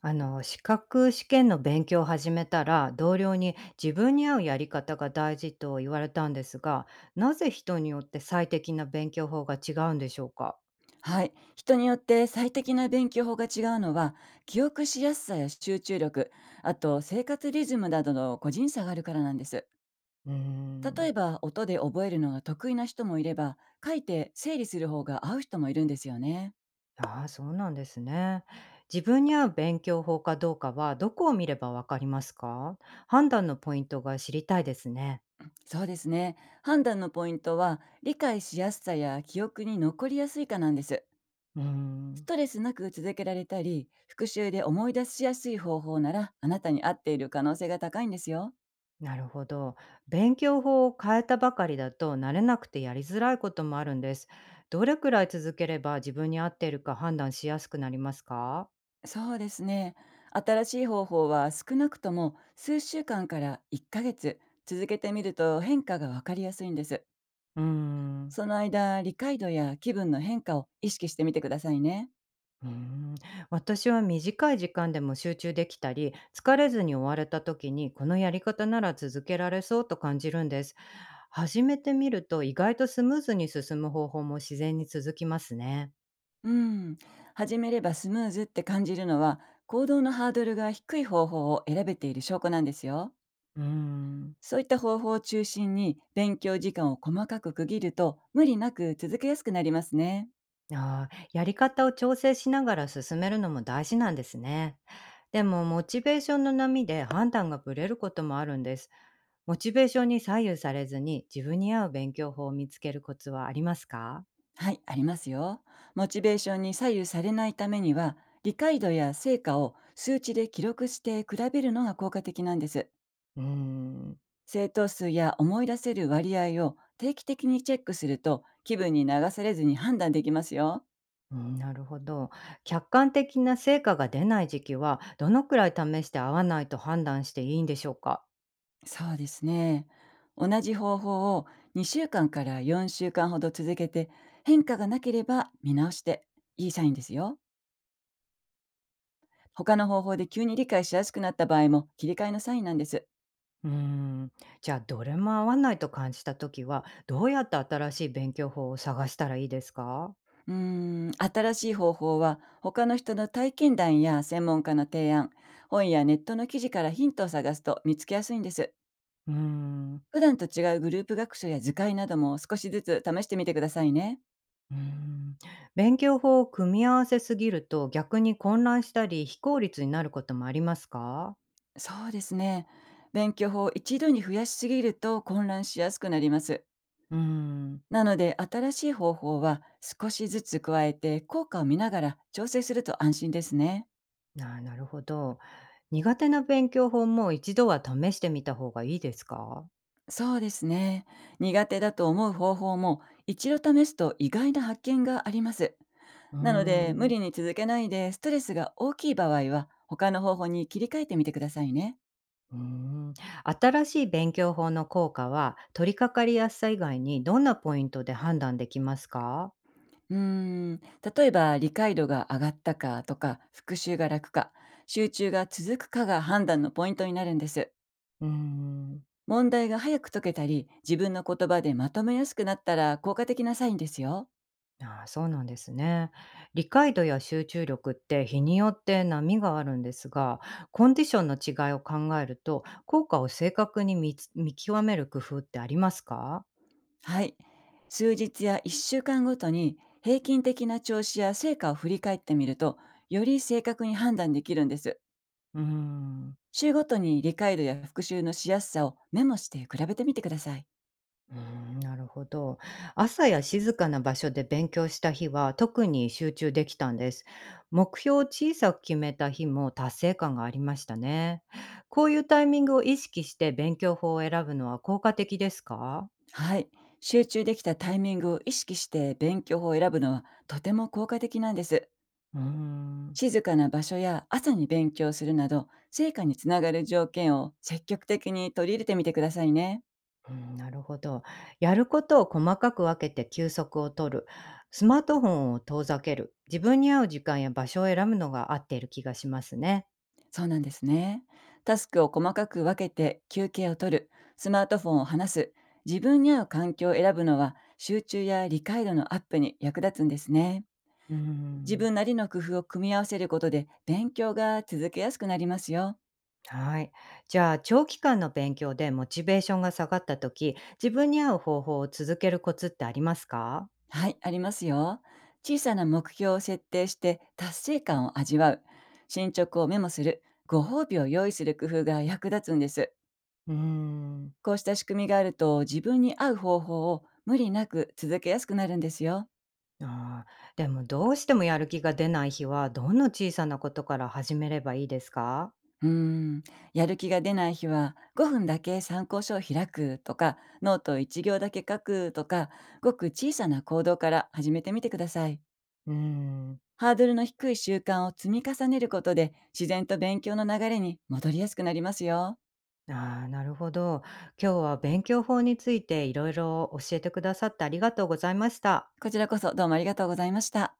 資格試験の勉強を始めたら、同僚に自分に合うやり方が大事と言われたんですが、なぜ人によって最適な勉強法が違うんでしょうか？はい。人によって最適な勉強法が違うのは、記憶しやすさや集中力、あと生活リズムなどの個人差があるからなんです。うー例えん。ば、音で覚えるのが得意な人もいれば、書いて整理する方が合う人もいるんですよね。ああー、そうなんですね。自分に合う勉強法かどうかはどこを見ればわかりますか？判断のポイントが知りたいですね。そうですね。判断のポイントは、理解しやすさや記憶に残りやすいかなんです。うースん。トレスなく続けられたり、復習で思い出しやすい方法なら、あなたに合っている可能性が高いんですよ。なるほど。勉強法を変えたばかりだと慣れなくてやりづらいこともあるんです。どれくらい続ければ自分に合っているか判断しやすくなりますか？そうですね。新しい方法は少なくとも数週間から1ヶ月続けてみると変化がわかりやすいんです。うーん。その間、理解度や気分の変化を意識してみてくださいね。うーん。私は短い時間でも集中できたり疲れずに終われた時に、このやり方なら続けられそうと感じるんです。始めてみると意外とスムーズに進む方法も自然に続きますね。うん。始めればスムーズって感じるのは、行動のハードルが低い方法を選べている証拠なんですよ。うーん。そういった方法を中心に勉強時間を細かく区切ると、無理なく続けやすくなりますね。ああ、やり方を調整しながら進めるのも大事なんですね。でも、モチベーションの波で判断がぶれることもあるんです。モチベーションに左右されずに自分に合う勉強法を見つけるコツはありますか？はい、ありますよ。モチベーションに左右されないためには、理解度や成果を数値で記録して比べるのが効果的なんです。うーん。正答数や思い出せる割合を定期的にチェックすると、気分に流されずに判断できますよ。うん、なるほど。客観的な成果が出ない時期は、どのくらい試して合わないと判断していいんでしょうか？そうですね。同じ方法を2週間から4週間ほど続けて、変化がなければ見直していいサインですよ。他の方法で急に理解しやすくなった場合も、切り替えのサインなんです。うーん。じゃあ、どれも合わないと感じた時は、どうやって新しい勉強法を探したらいいですか？新しい方法は、他の人の体験談や専門家の提案、本やネットの記事からヒントを探すと見つけやすいんです。うーん。普段と違うグループ学習や図解なども、少しずつ試してみてくださいね。うーん。勉強法を組み合わせすぎると逆に混乱したり非効率になることもありますか？そうですね。勉強法を一度に増やしすぎると混乱しやすくなります。うーん。なので、新しい方法は少しずつ加えて効果を見ながら調整すると安心ですね。なるほど。苦手な勉強法も一度は試してみた方がいいですか？そうですね。苦手だと思う方法も、一度試すと意外な発見があります。うーなので、無ん。理に続けないで、ストレスが大きい場合は他の方法に切り替えてみてくださいね。うーん。新しい勉強法の効果は取り掛かりやすさ以外にどんなポイントで判断できますか？うーん例えば、理解度が上がったかとか、復習が楽か、集中が続くかが判断のポイントになるんです。うーん。問題が早く解けたり、自分の言葉でまとめやすくなったら効果的なサインですよ。ああ、そうなんですね。理解度や集中力って日によって波があるんですが、コンディションの違いを考えると、効果を正確に見極める工夫ってありますか？はい。数日や1週間ごとに平均的な調子や成果を振り返ってみると、より正確に判断できるんです。うーん。週ごとに理解度や復習のしやすさをメモして比べてみてください。うーん、なるほど。朝や静かな場所で勉強した日は特に集中できたんです。目標を小さく決めた日も達成感がありましたね。こういうタイミングを意識して勉強法を選ぶのは効果的ですか？はい。集中できたタイミングを意識して勉強法を選ぶのは、とても効果的なんです。うーん。静かな場所や朝に勉強するなど、成果につながる条件を積極的に取り入れてみてくださいね。うん、なるほど。やることを細かく分けて休息を取る、スマートフォンを遠ざける、自分に合う時間や場所を選ぶのが合っている気がしますね。そうなんですね。タスクを細かく分けて休憩を取る、スマートフォンを離す、自分に合う環境を選ぶのは、集中や理解度のアップに役立つんですね。うー自ん。分なりの工夫を組み合わせることで、勉強が続けやすくなりますよ。はい。じゃあ、長期間の勉強でモチベーションが下がった時、自分に合う方法を続けるコツってありますか？はい、ありますよ。小さな目標を設定して達成感を味わう、進捗をメモする、ご褒美を用意する工夫が役立つんです。うーん。こうした仕組みがあると、自分に合う方法を無理なく続けやすくなるんですよ。ああ。でも、どうしてもやる気が出ない日は、どんな小さなことから始めればいいですか？うーん、やる気が出ない日は、5分だけ参考書を開くとか、ノートを1行だけ書くとか、ごく小さな行動から始めてみてください。うーん。ハードルの低い習慣を積み重ねることで、自然と勉強の流れに戻りやすくなりますよ。ああ、なるほど。今日は勉強法についていろいろ教えてくださって、ありがとうございました。こちらこそ、どうもありがとうございました。